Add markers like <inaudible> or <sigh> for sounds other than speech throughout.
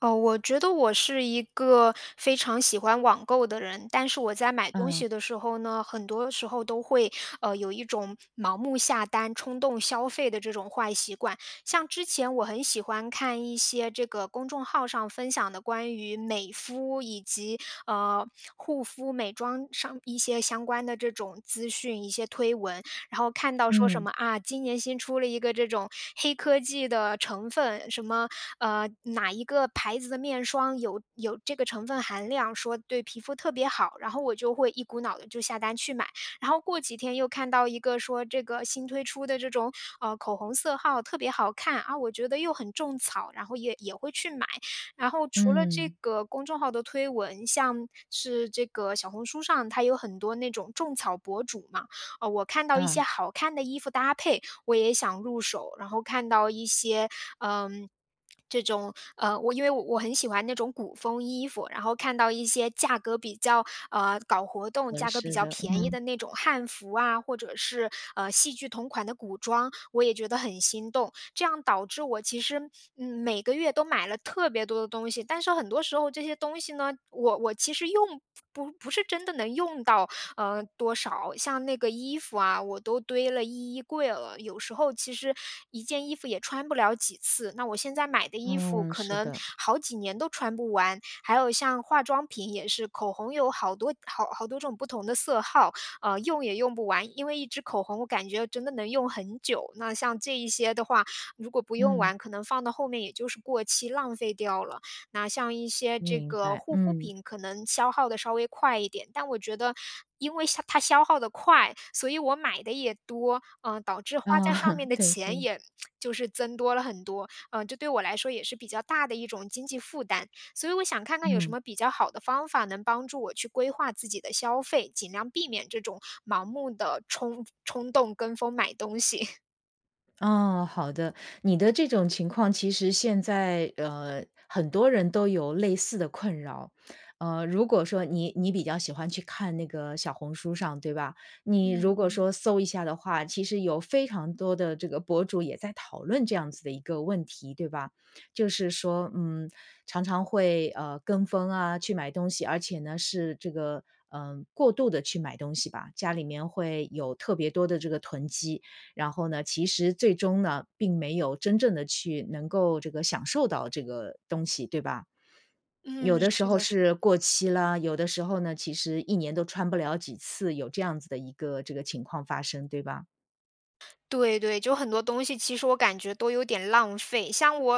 哦，我觉得我是一个非常喜欢网购的人，但是我在买东嗯，西的时候呢，很多时候都会有一种盲目下单、冲动消费的这种坏习惯。像之前我很喜欢看一些这个公众号上分享的关于美肤以及呃护肤美妆上一些相关的这种资讯、一些推文，然后看到说什嗯，么啊，今年新出了一个这种黑科技的成分，什么哪一个牌子的面霜有这个成分含量，说对皮肤特别好，然后我就会一股脑的就下单去买。然后过几天又看到一个说这个新推出的这种口红色号特别好看啊，我觉得又很种草，然后也会去买。然后除了这嗯，个公众号的推文，像是这个小红书上，它有很多那种种草博主嘛。呃，我看到一些啊，好看的衣服搭配，我也想入手，然后看到一些，嗯。这种我因为我很喜欢那种古风衣服，然后看到一些价格比较搞活动、合价格比适较的，便宜嗯，的那种汉服啊，或者是呃戏剧同款的古装，我也觉得很心动。这样导致我其实每个月都买了特别多的东西，但是很多时候这些东西呢，我其实用不不是真的能用到，嗯，多少。像那个衣服啊，我都堆了一衣柜了，有时候其实一件衣服也穿不了几次，那我现在买的衣服嗯，可是能的，好几年都穿不完。还有像化妆品也是，口红有好多好好多种不同的色号，呃，用也用不完，因为一支口红我感觉真的能用很久。那像这一些的话，如果不用嗯，完，可能放到后面也就是过期浪费掉了。那像一些这明个白，护肤嗯，品可能消耗的稍微快一点，但我觉得因为消耗的快，所以我买的也多，嗯，导致花啊，在上 <laughs> 面的对钱对，也就是增多了很多，嗯，这对我来说也是比较大的一种经济负担。所以我想看看有什嗯。么比较好的方法能帮助我去规划自己的消费，尽量避免这种盲目的冲动跟风买东西。<laughs> 哦，好的。你的这种情况，其实现在很多人都有类似的困扰。如果说你比较喜欢去看那个小红书上，对吧？你嗯如果嗯。说搜一下的话，其实有非常多的这个博主也在讨论这样子的一个问题，对吧？就是说，常常会跟风啊去买东西，而且呢是这个过度的去买东西吧，家里面会有特别多的这个囤积。然后呢，其实最终呢，并没有真正的去能够这个享受到这个东西，对吧？嗯，有的时是候的是是的。过期啦，有的时候呢，其实一年都穿不了几次，有这样子的一个这个情况发生，对吧？对对，就很多东西其实我感觉都有点浪费。像我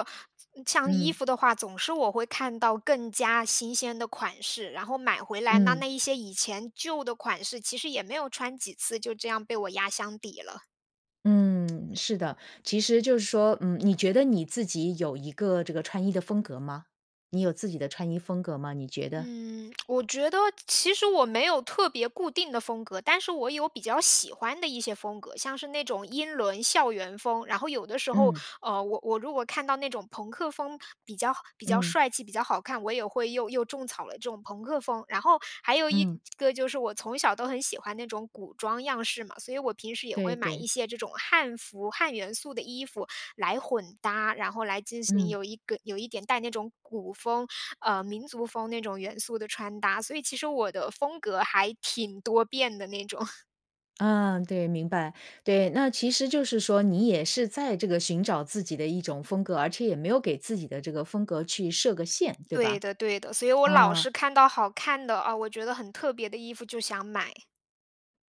嗯像衣嗯，服的话，总是我会看到更加新鲜的款式，然后买回来，那嗯，那一些以前旧的款式，其实也没有穿几次，就这样被我压箱底了。嗯，是的。其实就是说，你觉得你自己有一个这个穿衣的风格吗？你有自己的穿衣风格吗？你觉得？嗯，我觉得其实我没有特别固定的风格，但是我有比较喜欢的一些风格，像是那种英伦校园风。然后有的时候，嗯，我如果看到那种朋克风比较嗯，帅气、比较好看，我也会又种草了这种朋克风。然后还有一嗯，个就是我从小都很喜欢那种古装样式嘛，所以我平时也对会买对，一些这种汉服、汉元素的衣服来混搭，然后来进行嗯。有一个有一点带那种古风。呃，民族风那种元素的穿搭，所以其实我的风格还挺多变的那种。<laughs> 嗯，对，明白。对，那其实就是说你也是在这个寻找自己的一种风格，而且也没有给自己的这个风格去设个限，对吧？对的对的，所以我老啊。是看到好看的，啊，我觉得很特别的衣服就想买。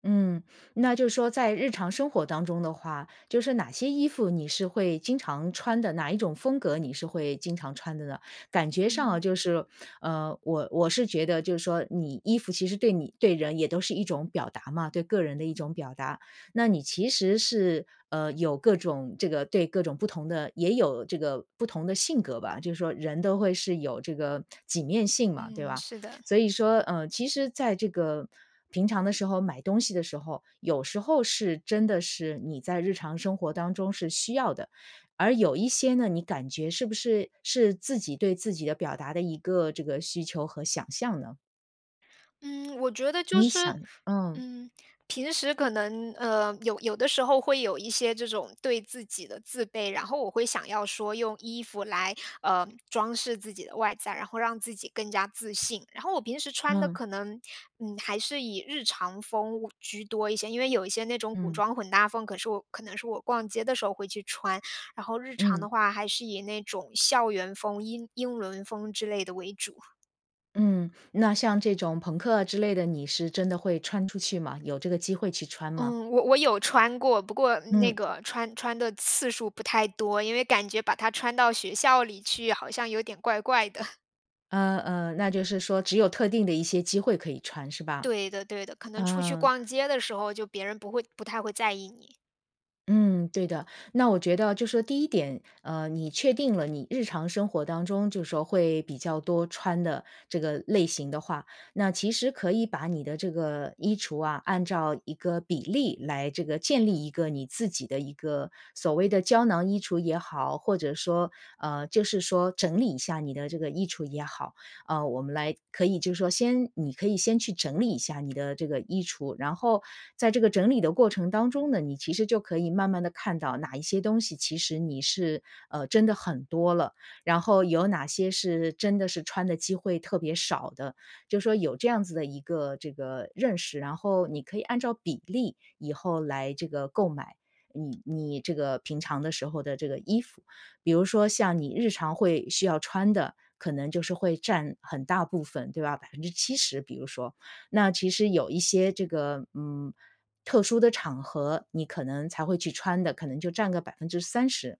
嗯，那就是说在日常生活当中的话，就是哪些衣服你是会经常穿的？哪一种风格你是会经常穿的呢？感觉上啊，嗯。就是，我是觉得就是说，你衣服其实对你对人也都是一种表达嘛，对个人的一种表达。那你其实是有各种这个对各种不同的，也有这个不同的性格吧，就是说人都会是有这个几面性嘛，对嗯，吧？是的。所以说，其实在这个平常的时候买东西的时候，有时候是真的是你在日常生活当中是需要的，而有一些呢，你感觉是不是是自己对自己的表达的一个这个需求和想象呢？嗯，我觉得就你是，想嗯，嗯，平时可能有的时候会有一些这种对自己的自卑，然后我会想要说用衣服来装饰自己的外在，然后让自己更加自信。然后我平时穿的嗯，可能嗯还是以日常风物居多一些，因为有一些那种古嗯，装混搭风，可是我可能是我逛街的时候会去穿。然后日常嗯，的话还是以那种校园风、英伦风之类的为主。嗯，那像这种朋克啊之类的，你是真的会穿出去吗？有这个机会去穿吗？嗯，我有穿过，不过那嗯，个穿的次数不太多，因为感觉把它穿到学校里去好像有点怪怪的。<laughs> 那就是说只有特定的一些机会可以穿是吧？对的对的，可能出去嗯。逛街的时候就别人不太会在意你。嗯，对的。那我觉得就是说第一点，你确定了你日常生活当中就是说会比较多穿的这个类型的话，那其实可以把你的这个衣橱啊，按照一个比例来这个建立一个你自己的一个所谓的胶囊衣橱也好，或者说就是说整理一下你的这个衣橱也好。我们来可以就是说先你可以先去整理一下你的这个衣橱，然后在这个整理的过程当中呢，你其实就可以慢慢的看到哪一些东西其实你是，真的很多了，然后有哪些是真的是穿的机会特别少的，就说有这样子的一个这个认识，然后你可以按照比例以后来这个购买你这个平常的时候的这个衣服。比如说像你日常会需要穿的，可能就是会占很大部分，对吧70%。比如说。那其实有一些这个，特殊的场合，你可能才会去穿的，可能就占个30%。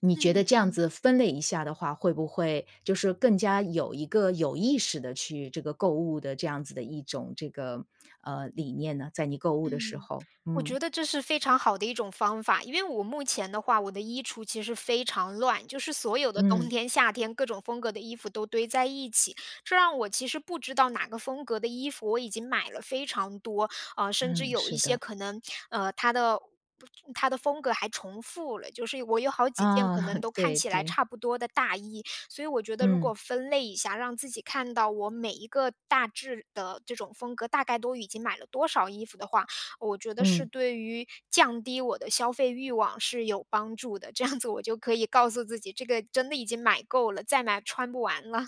你觉得嗯。这样子分类一下的话，会不会就是更加有一个有意识的去这个购物的这样子的一种这个，理念呢？在你购物的时嗯，候，我嗯，觉得这是非常好的一种方法，因为我目前的话，我的衣橱其实非常乱，就是所有的冬嗯，天、夏天各种风格的衣服都堆在一起，这让我其实不知道哪个风格的衣服我已经买了非常多，呃，甚至嗯，有是一些的，可能，呃，它的风格还重复了，就是我有好几件啊，可能 <laughs> 都看对起来对，差不多的大衣，所以我觉得如嗯，果分类一下，让自己看到我每一个大致的这种风格大概都已经买了多少衣服的话。我觉得是嗯。对于降低我的消费欲望是有帮助的，这样子我就可以告诉自己，这个真的已经买够了，再买穿不完了。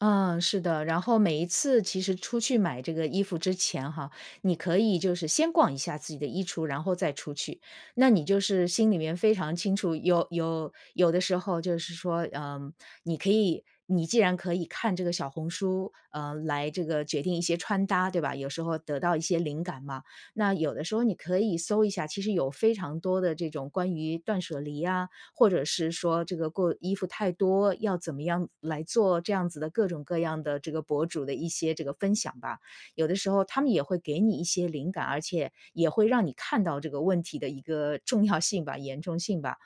嗯，是的。然后每一次其实出去买这个衣服之前哈，你可以就是先逛一下自己的衣橱，然后再出去。那你就是心里面非常清楚，有的时候就是说，你可以，你既然可以看这个小红书，来这个决定一些穿搭，对吧？有时候得到一些灵感嘛。那有的时候你可以搜一下，其实有非常多的这种关于断舍离啊，或者是说这个过衣服太多，要怎么样来做这样子的各种各样的这个博主的一些这个分享吧。有的时候他们也会给你一些灵感，而且也会让你看到这个问题的一个重要性吧、严重性吧。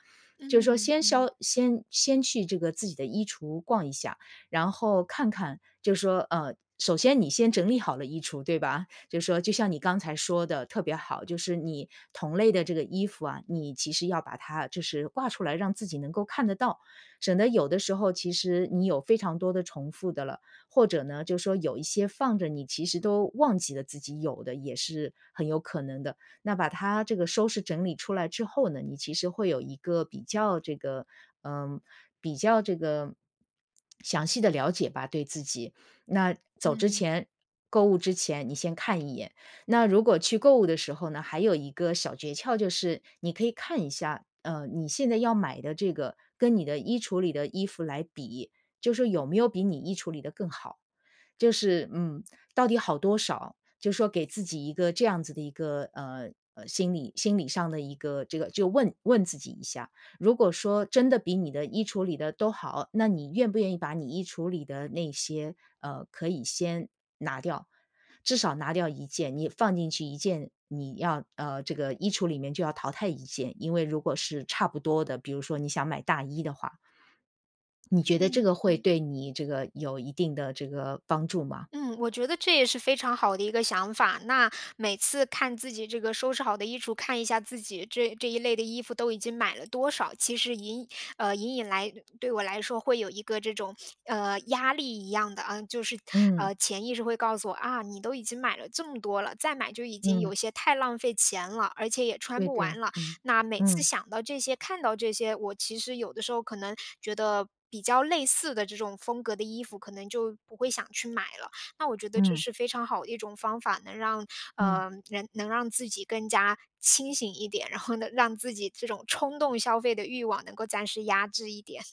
就是说嗯先嗯消先先去这个自己的衣橱逛一下，然后看看，就是说，首先你先整理好了衣橱，对吧？就是说就像你刚才说的特别好，就是你同类的这个衣服啊，你其实要把它就是挂出来，让自己能够看得到，省得有的时候其实你有非常多的重复的了，或者呢，就说有一些放着你其实都忘记了自己有的，也是很有可能的。那把它这个收拾整理出来之后呢，你其实会有一个比较这个，嗯，比较这个。详细的了解吧，对自己，那走之嗯前购物之前，你先看一眼。那如果去购物的时候呢，还有一个小诀窍，就是你可以看一下，你现在要买的这个跟你的衣橱里的衣服来比，就说有没有比你衣橱里的更好，就是到底好多少？就说给自己一个这样子的一个心理上的一个这个就问问自己一下，如果说真的比你的衣橱里的都好，那你愿不愿意把你衣橱里的那些，可以先拿掉，至少拿掉一件，你放进去一件，你要这个衣橱里面就要淘汰一件。因为如果是差不多的，比如说你想买大衣的话，你觉得这嗯个会嗯。对你这个有一定的这个帮助吗？嗯，我觉得这也是非常好的一个想法。那每次看自己这个收拾好的衣橱，看一下自己这一类的衣服都已经买了多少，其实隐呃隐隐来对我来说会有一个这种压力一样的，嗯，就是嗯，潜意识会告诉我啊，你都已经买了这么多了，再买就已经嗯，有些太浪费钱了，而且也穿对不对，完了。嗯，那每次嗯，想到这些，看到这些，我其实有的时候可能觉得。比较类似的这种风格的衣服，可能就不会想去买了。那我觉得这嗯，是非常好的一种方法，能让嗯。人能让自己更加清醒一点，然后呢，让自己这种冲动消费的欲望能够暂时压制一点。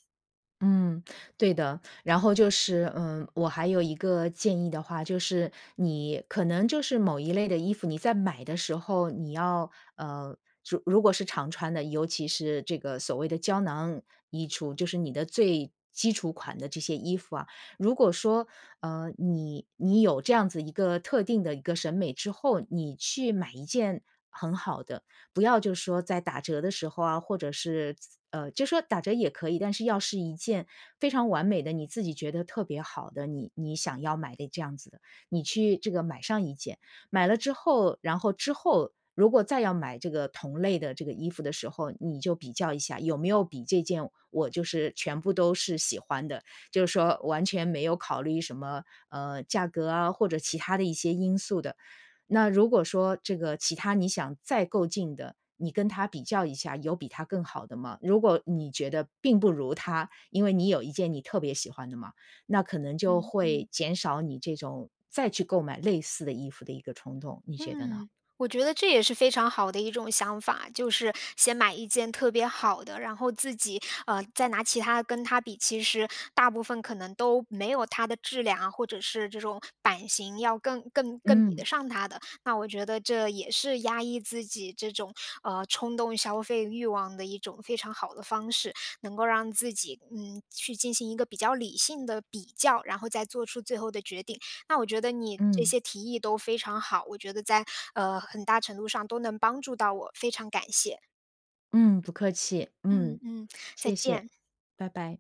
嗯，对的。然后就是，我还有一个建议的话，就是你可能就是某一类的衣服，你在买的时候，你要呃，如果是常穿的，尤其是这个所谓的胶囊衣橱，就是你的最基础款的这些衣服啊，如果说你有这样子一个特定的一个审美之后，你去买一件。很好的，不要就是说在打折的时候啊，或者是就说打折也可以，但是要是一件非常完美的，你自己觉得特别好的，你想要买的这样子的，你去这个买上一件，买了之后，然后之后如果再要买这个同类的这个衣服的时候，你就比较一下有没有比这件我就是全部都是喜欢的，就是说完全没有考虑什么价格啊或者其他的一些因素的，那如果说这个其他你想再购进的，你跟他比较一下，有比他更好的吗？如果你觉得并不如他，因为你有一件你特别喜欢的嘛，那可能嗯。就嗯会嗯减少你这种再去购买类似的衣服的一个冲动，你觉得呢？嗯，我觉得这也是非常好的一种想法，就是先买一件特别好的，然后自己再拿其他跟它比，其实大部分可能都没有它的质量啊，或者是这种版型要更比嗯得上它的。那我觉得这也是压抑自己这种冲动消费欲望的一种非常好的方式，能够让自己嗯去进行一个比较理性的比较，然后再做出最后的决定。那我觉得你这嗯。些提议都非常好，我觉得在，呃，很大程度上都能帮助到我，非常感谢。嗯，不客气，嗯，嗯嗯，再谢谢，见。拜拜。